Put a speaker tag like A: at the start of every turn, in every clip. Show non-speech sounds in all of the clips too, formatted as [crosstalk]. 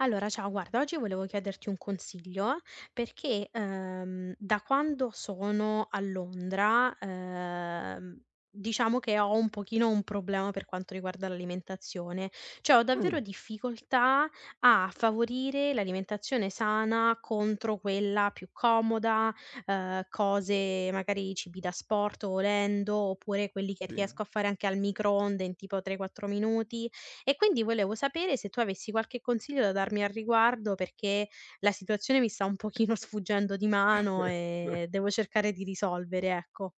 A: Allora, ciao, guarda, oggi volevo chiederti un consiglio perché, da quando sono a Londra, diciamo che ho un pochino un problema per quanto riguarda l'alimentazione, cioè ho
B: Mh,
A: davvero difficoltà a favorire l'alimentazione sana contro quella più comoda, cose, magari cibi da sport volendo, oppure quelli che
B: sì.
A: riesco a fare anche al microonde in tipo 3-4 minuti e quindi volevo sapere se tu avessi qualche consiglio da darmi al riguardo, perché la situazione mi sta un pochino [laughs] sfuggendo di mano
B: [laughs]
A: e devo cercare di risolvere, ecco.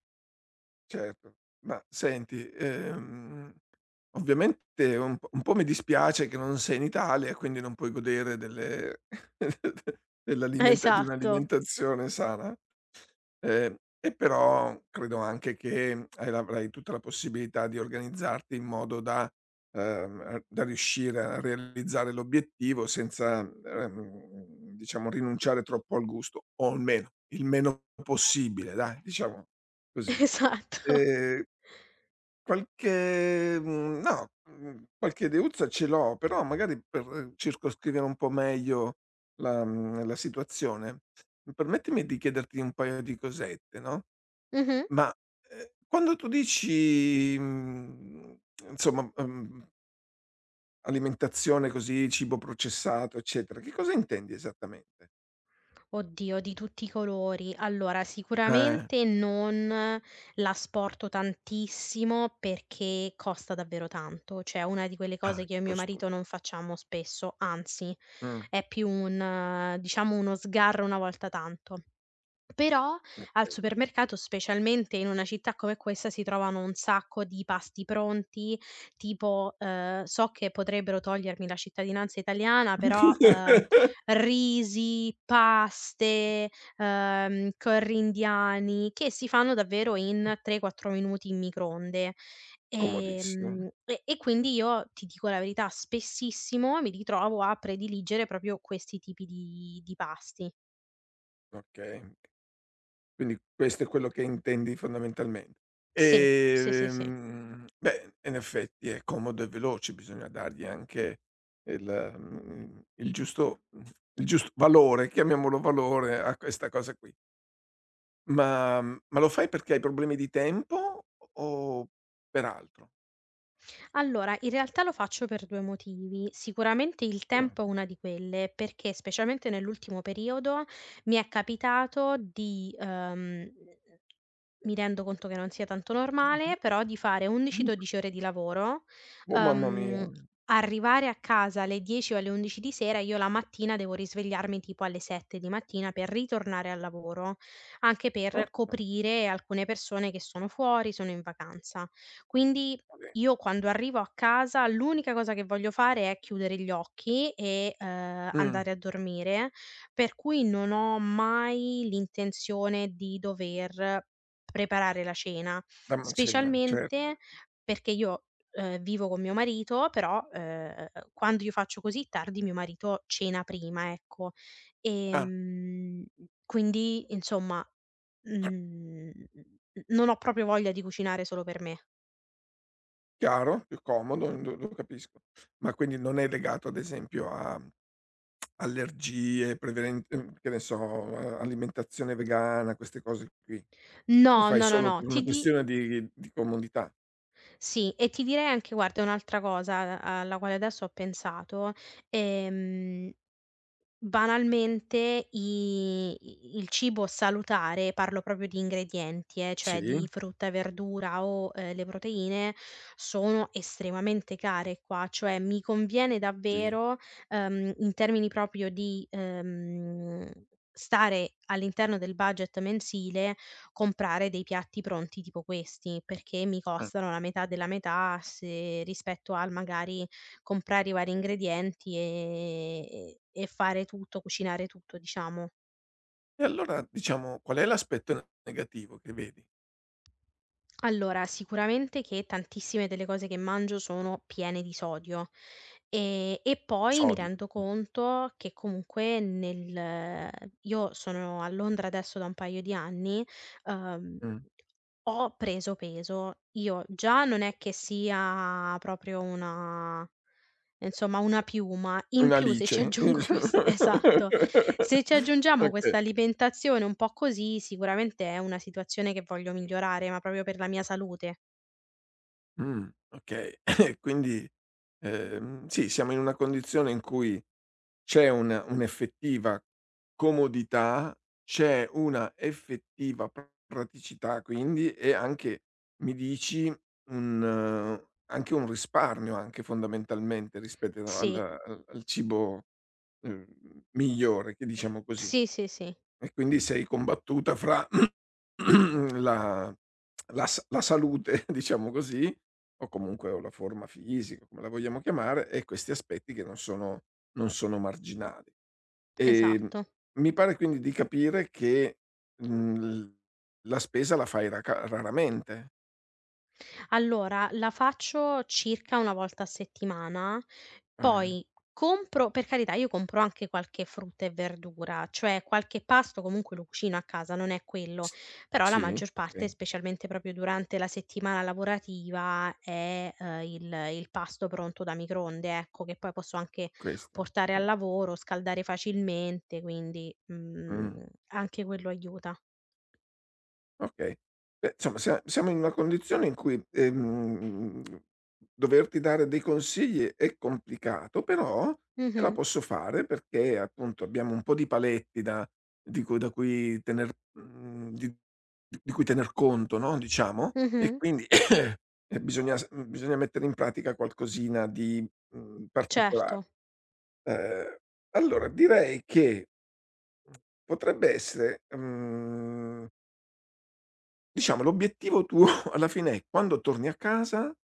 B: Certo. Ma senti, ovviamente un po' mi dispiace che non sei in Italia e quindi non puoi godere delle [laughs] dell'alimenta di
A: Esatto,
B: un'alimentazione sana. Ehm, e però credo anche che, hai avrai tutta la possibilità di organizzarti in modo da da riuscire a realizzare l'obiettivo senza, diciamo rinunciare troppo al gusto, o almeno il meno possibile dai, diciamo così.
A: [laughs] esatto.
B: Ehm, qualche mhmm, no, mhmm, qualche ideuzza ce l'ho, però magari per circoscrivere un po' meglio la la situazione, permettimi di chiederti un paio di cosette, no?
A: Mh-mh.
B: Ma, quando tu dici, insomma, alimentazione così, cibo processato, eccetera, che cosa intendi esattamente?
A: Oddio, di tutti i colori. Allora,
B: Eh,
A: sicuramente non l'asporto tantissimo perché costa davvero tanto, cioè è una di quelle
B: ah,
A: cose che io e mio
B: costos
A: marito non facciamo spesso, anzi
B: mh.
A: è più un diciamo uno sgarro una volta tanto. Però al supermercato, specialmente in una città come questa, si trovano un sacco di pasti pronti, tipo, so che potrebbero togliermi la cittadinanza italiana, però,
B: [laughs]
A: risi, paste, curry indiani, che si fanno davvero in 3, 4 minuti in microonde.
B: Comodissimo,
A: E quindi io, ti dico la verità, spessissimo mi ritrovo a prediligere proprio questi tipi di pasti.
B: okay. Quindi questo è quello che intendi fondamentalmente.
A: Sì, sì, sì, sì.
B: Beh, in effetti è comodo e veloce, bisogna dargli anche il il giusto il giusto valore, chiamiamolo valore, a questa cosa qui. Ma lo fai perché hai problemi di tempo o per altro?
A: Allora, in realtà lo faccio per 2 motivi. Sicuramente il
B: Ah,
A: tempo è una di quelle, perché specialmente nell'ultimo periodo mi è capitato di. Mi rendo conto che non sia tanto
B: mh-mh.
A: normale, però di fare 11, 12 ore di lavoro,
B: Oh mamma mia.
A: ehm, arrivare a casa alle 10 o alle 11 di sera, io la mattina devo risvegliarmi tipo alle 7 di mattina per ritornare al lavoro, anche per
B: Porca
A: coprire alcune persone che sono fuori, sono in vacanza. Quindi
B: miseria.
A: io quando arrivo a casa l'unica cosa che voglio fare è chiudere gli occhi e,
B: Mh,
A: andare a dormire, per cui non ho mai l'intenzione di dover preparare la cena,
B: la mancena, certo.
A: specialmente perché io, vivo con mio marito, però, quando io faccio così tardi mio marito cena prima, ecco.
B: Ah,
A: Ehm, quindi insomma, mhmm, non ho proprio voglia di cucinare solo per me.
B: chiaro, più comodo, lo capisco. Ma quindi non è legato ad esempio a allergie, preveren che ne so, a alimentazione vegana, queste cose qui. Lo
A: No,
B: fai
A: no, no,
B: solo
A: no,
B: per una
A: ti di
B: questione di comodità?
A: sì, e ti direi anche guarda un'altra cosa a alla quale adesso ho pensato, ehm banalmente i il cibo salutare, parlo proprio di ingredienti cioè
B: Sì?
A: di frutta e verdura o, le proteine, sono estremamente care qua, cioè mi conviene
B: Sì.
A: davvero, in termini proprio di stare all'interno del budget mensile, comprare dei piatti pronti tipo questi, perché mi
B: Ah.
A: costano la metà della metà se rispetto al magari comprare i vari ingredienti, e fare tutto, cucinare tutto, diciamo.
B: E allora diciamo qual è l'aspetto negativo che vedi?
A: Allora, sicuramente che tantissime delle cose che mangio sono piene di sodio, e poi mi
B: Sodio.
A: rendo conto che comunque nel io sono a Londra adesso da un paio di anni, uhm,
B: Mh.
A: ho preso peso. Io già non è che sia proprio una insomma, una piuma. In
B: Una
A: più se ci [laughs]
B: lice.
A: aggiungo questa esatto. Se ci
B: [laughs]
A: aggiungiamo
B: Okay.
A: questa alimentazione un po' così, sicuramente è una situazione che voglio migliorare, ma proprio per la mia salute.
B: Okay. [laughs] Quindi, sì, siamo in una condizione in cui c'è un'effettiva comodità, c'è una effettiva praticità, quindi, e anche mi dici un anche un risparmio anche fondamentalmente rispetto al
A: Sì,
B: al cibo, uhm, migliore, che diciamo così.
A: sì, sì, sì,
B: E quindi sei combattuta fra [clears throat] la la s la salute, [laughs] diciamo così, o comunque o la forma fisica, come la vogliamo chiamare, e questi aspetti che non sono marginali. Ehm,
A: esatto.
B: Mi pare quindi di capire che, mhmm, l la spesa la fai raca raramente.
A: Allora, la faccio circa 1 volta a settimana,
B: Eh.
A: poi compro per carità io compro anche qualche frutta e verdura, cioè qualche pasto comunque lo cucino a casa, non è quello,
B: S
A: però la
B: Sì,
A: maggior parte,
B: okay,
A: specialmente proprio durante la settimana lavorativa, è, il pasto pronto da microonde, ecco, che poi posso anche
B: questo.
A: portare al lavoro, scaldare facilmente, quindi,
B: Mh.
A: anche quello aiuta.
B: Okay. Beh, insomma siamo in una condizione in cui, doverti dare dei consigli è complicato, però ce la
A: Mh-mh,
B: posso fare perché appunto abbiamo un po' di paletti da di cui da cui tener mhmm, di cui tener conto, no, diciamo, e
A: mh-mh,
B: quindi [clears throat] e bisogna mettere in pratica qualcosina di, particolare.
A: certo.
B: Ehm, allora direi che potrebbe essere, mhmm diciamo l'obiettivo tuo [laughs] alla fine è, quando torni a casa,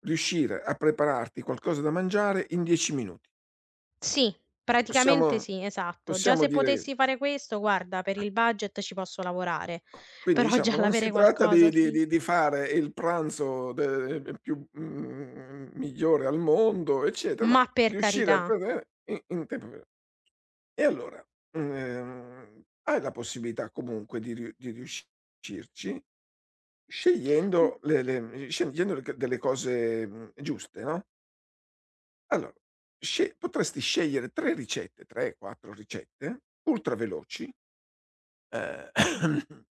B: riuscire a prepararti qualcosa da mangiare in 10 minuti.
A: Sì, praticamente
B: Possiamo
A: sì, esatto. Già
B: possiamo
A: se
B: dire,
A: potessi fare questo, guarda, per il budget ci posso lavorare, [laughs]
B: quindi
A: però
B: diciamo
A: già
B: non si
A: l'avere
B: tratta
A: qualcosa
B: di di
A: lì
B: di di fare il pranzo migliore al mondo, eccetera, ma
A: ma per
B: riuscire a
A: carità.
B: prevedere in tempo re e allora, hai la possibilità comunque di riu di riuscirci
A: Mh,
B: scegliendo le scegliendo le c delle cose, giuste, no, allora, sce potresti scegliere 3 ricette, 3, 4 ricette ultraveloci, ehm [clears throat]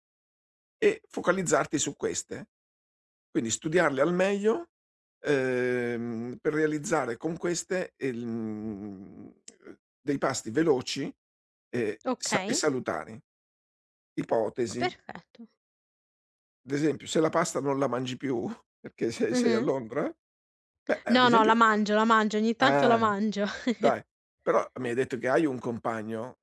B: e focalizzarti su queste. Quindi studiarle al meglio, per realizzare con queste, dei pasti veloci e
A: okay,
B: salutari. Ipotesi,
A: perfetto.
B: ad esempio, se la pasta non la mangi più [laughs] perché se sei a
A: Mh-mh.
B: Londra, beh, ad
A: No, no,
B: esempio
A: la mangio, ogni tanto la
B: ah,
A: mangio. [laughs]
B: dai, però mi hai detto che hai un compagno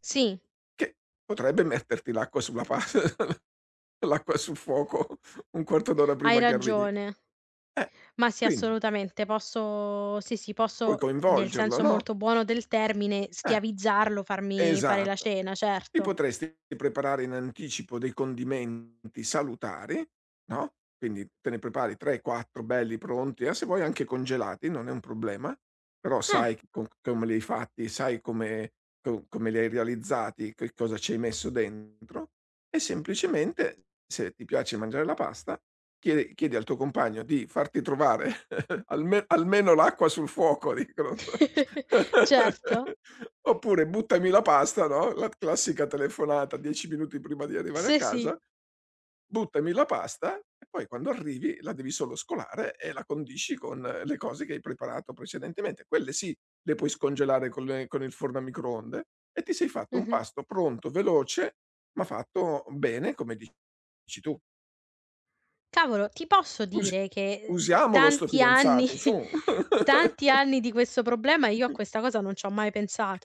A: Sì,
B: che potrebbe metterti l'acqua sulla pas [laughs] l'acqua sul fuoco un quarto d'ora
A: hai
B: prima che arrivi.
A: ragione.
B: Eh,
A: Ma sì,
B: quindi
A: assolutamente, posso sì, sì,
B: puoi
A: posso, nel
B: coinvolgerlo,
A: senso
B: no?
A: molto buono del termine,
B: Eh,
A: schiavizzarlo, farmi fare la
B: esatto.
A: cena,
B: Ti
A: certo.
B: potresti preparare in anticipo dei condimenti salutari, no, quindi te ne prepari 3, 4 belli pronti, e se vuoi anche congelati, non è un problema, però
A: Ah.
B: sai c co come li hai fatti, sai come li hai realizzati, che cosa ci hai messo dentro, e semplicemente, se ti piace mangiare la pasta, chiede chiedi al tuo compagno di farti trovare [laughs] almeno l'acqua sul fuoco, dicono, non so.
A: [laughs] Certo.
B: [laughs] Oppure: "Buttami la pasta", no, la classica telefonata 10 minuti prima di arrivare a
A: Sì, sì.
B: casa: "Buttami la pasta", e poi quando arrivi la devi solo scolare e la condisci con le cose che hai preparato precedentemente. Quelle sì, le puoi scongelare con il forno a microonde e ti sei fatto un
A: Mh-mh.
B: pasto pronto, veloce, ma fatto bene come dici tu.
A: Cavolo, ti posso
B: Usi
A: dire che,
B: usiamolo sto
A: tanti anni
B: fidanzato, su.
A: [laughs] tanti
B: [laughs]
A: anni di questo problema e io a questa cosa non ci ho mai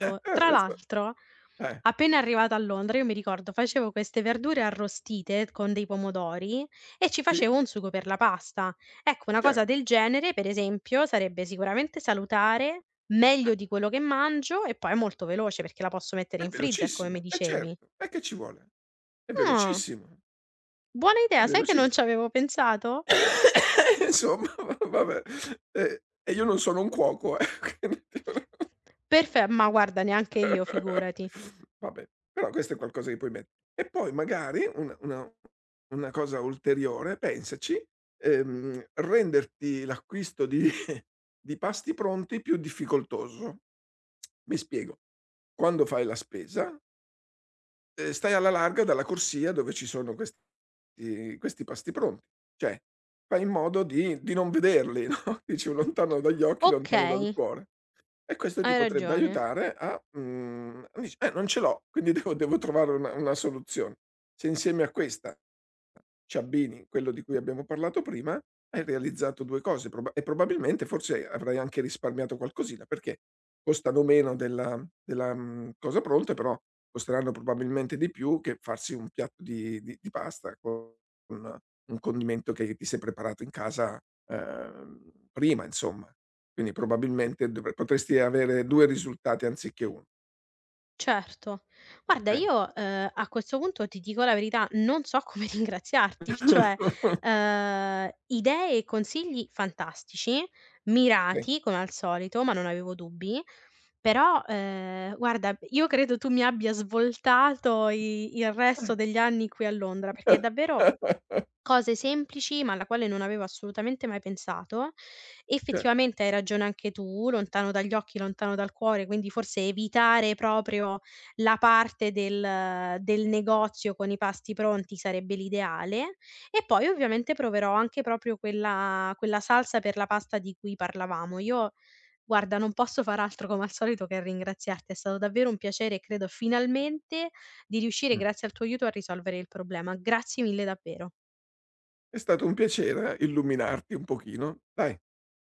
A: Tra
B: Adesso
A: l'altro,
B: eh,
A: appena arrivata a Londra, io mi ricordo facevo queste verdure arrostite con dei pomodori e ci
B: sì,
A: facevo un sugo per la pasta. Ecco, una
B: cer
A: cosa del genere, per esempio, sarebbe sicuramente salutare,
B: eh,
A: meglio di quello che mangio e poi è molto veloce perché la posso mettere
B: è
A: in freezer, come mi
B: velocissimo, eh
A: dicevi.
B: certo, e che ci vuole? È
A: Ah,
B: velocissimo,
A: buona
B: è
A: idea, sai che non
B: velocissi
A: ci avevo pensato?
B: [laughs] insomma va vabbè, e io non sono un cuoco, quindi
A: Perfe ma guarda neanche io, figurati.
B: [laughs] vabbè, però questo è qualcosa che puoi met e poi magari una cosa ulteriore, pensaci, renderti l'acquisto di [laughs] di pasti pronti più difficoltoso. Mi spiego: quando fai la spesa, stai alla larga dalla corsia dove ci sono questi pasti pronti. Cioè, fai in modo di non vederli, no, [laughs] dici: "Lontano dagli occhi, lontano dal
A: Okay,
B: cuore". E questo ti
A: hai
B: potrebbe
A: ragione,
B: aiutare a, dici: non ce l'ho, quindi [laughs] devo trovare una soluzione". Se insieme a questa ci abbini quello di cui abbiamo parlato prima, hai realizzato 2 cose probabilmente forse avrai anche risparmiato qualcosina, perché costano meno della cosa pronta, però costeranno probabilmente di più che farsi un piatto di pasta con un condimento che ti sei preparato in casa, prima, insomma. Quindi probabilmente dovre potresti avere 2 risultati anziché 1.
A: certo. Guarda
B: Okay.
A: io, a questo punto ti dico la verità, non so [laughs] come ringraziarti, cioè,
B: [laughs]
A: idee e consigli fantastici,
B: Sì.
A: mirati come al solito, ma non avevo dubbi, però, guarda io credo tu mi abbia svoltato i il resto degli anni qui a Londra, perché davvero cose semplici, ma alla quale non avevo assolutamente mai pensato.
B: Ce
A: Effettivamente hai ragione anche tu, lontano dagli occhi, lontano dal cuore, quindi forse evitare proprio la parte del negozio con i pasti pronti sarebbe l'ideale. E poi ovviamente proverò anche proprio quella salsa per la pasta di cui parlavamo. Io guarda, non posso far altro come al solito che ringraziarti, è stato davvero un piacere e credo finalmente di riuscire,
B: mh.
A: grazie al tuo aiuto, a risolvere il problema. Grazie mille davvero.
B: È stato un piacere illuminarti un pochino, dai.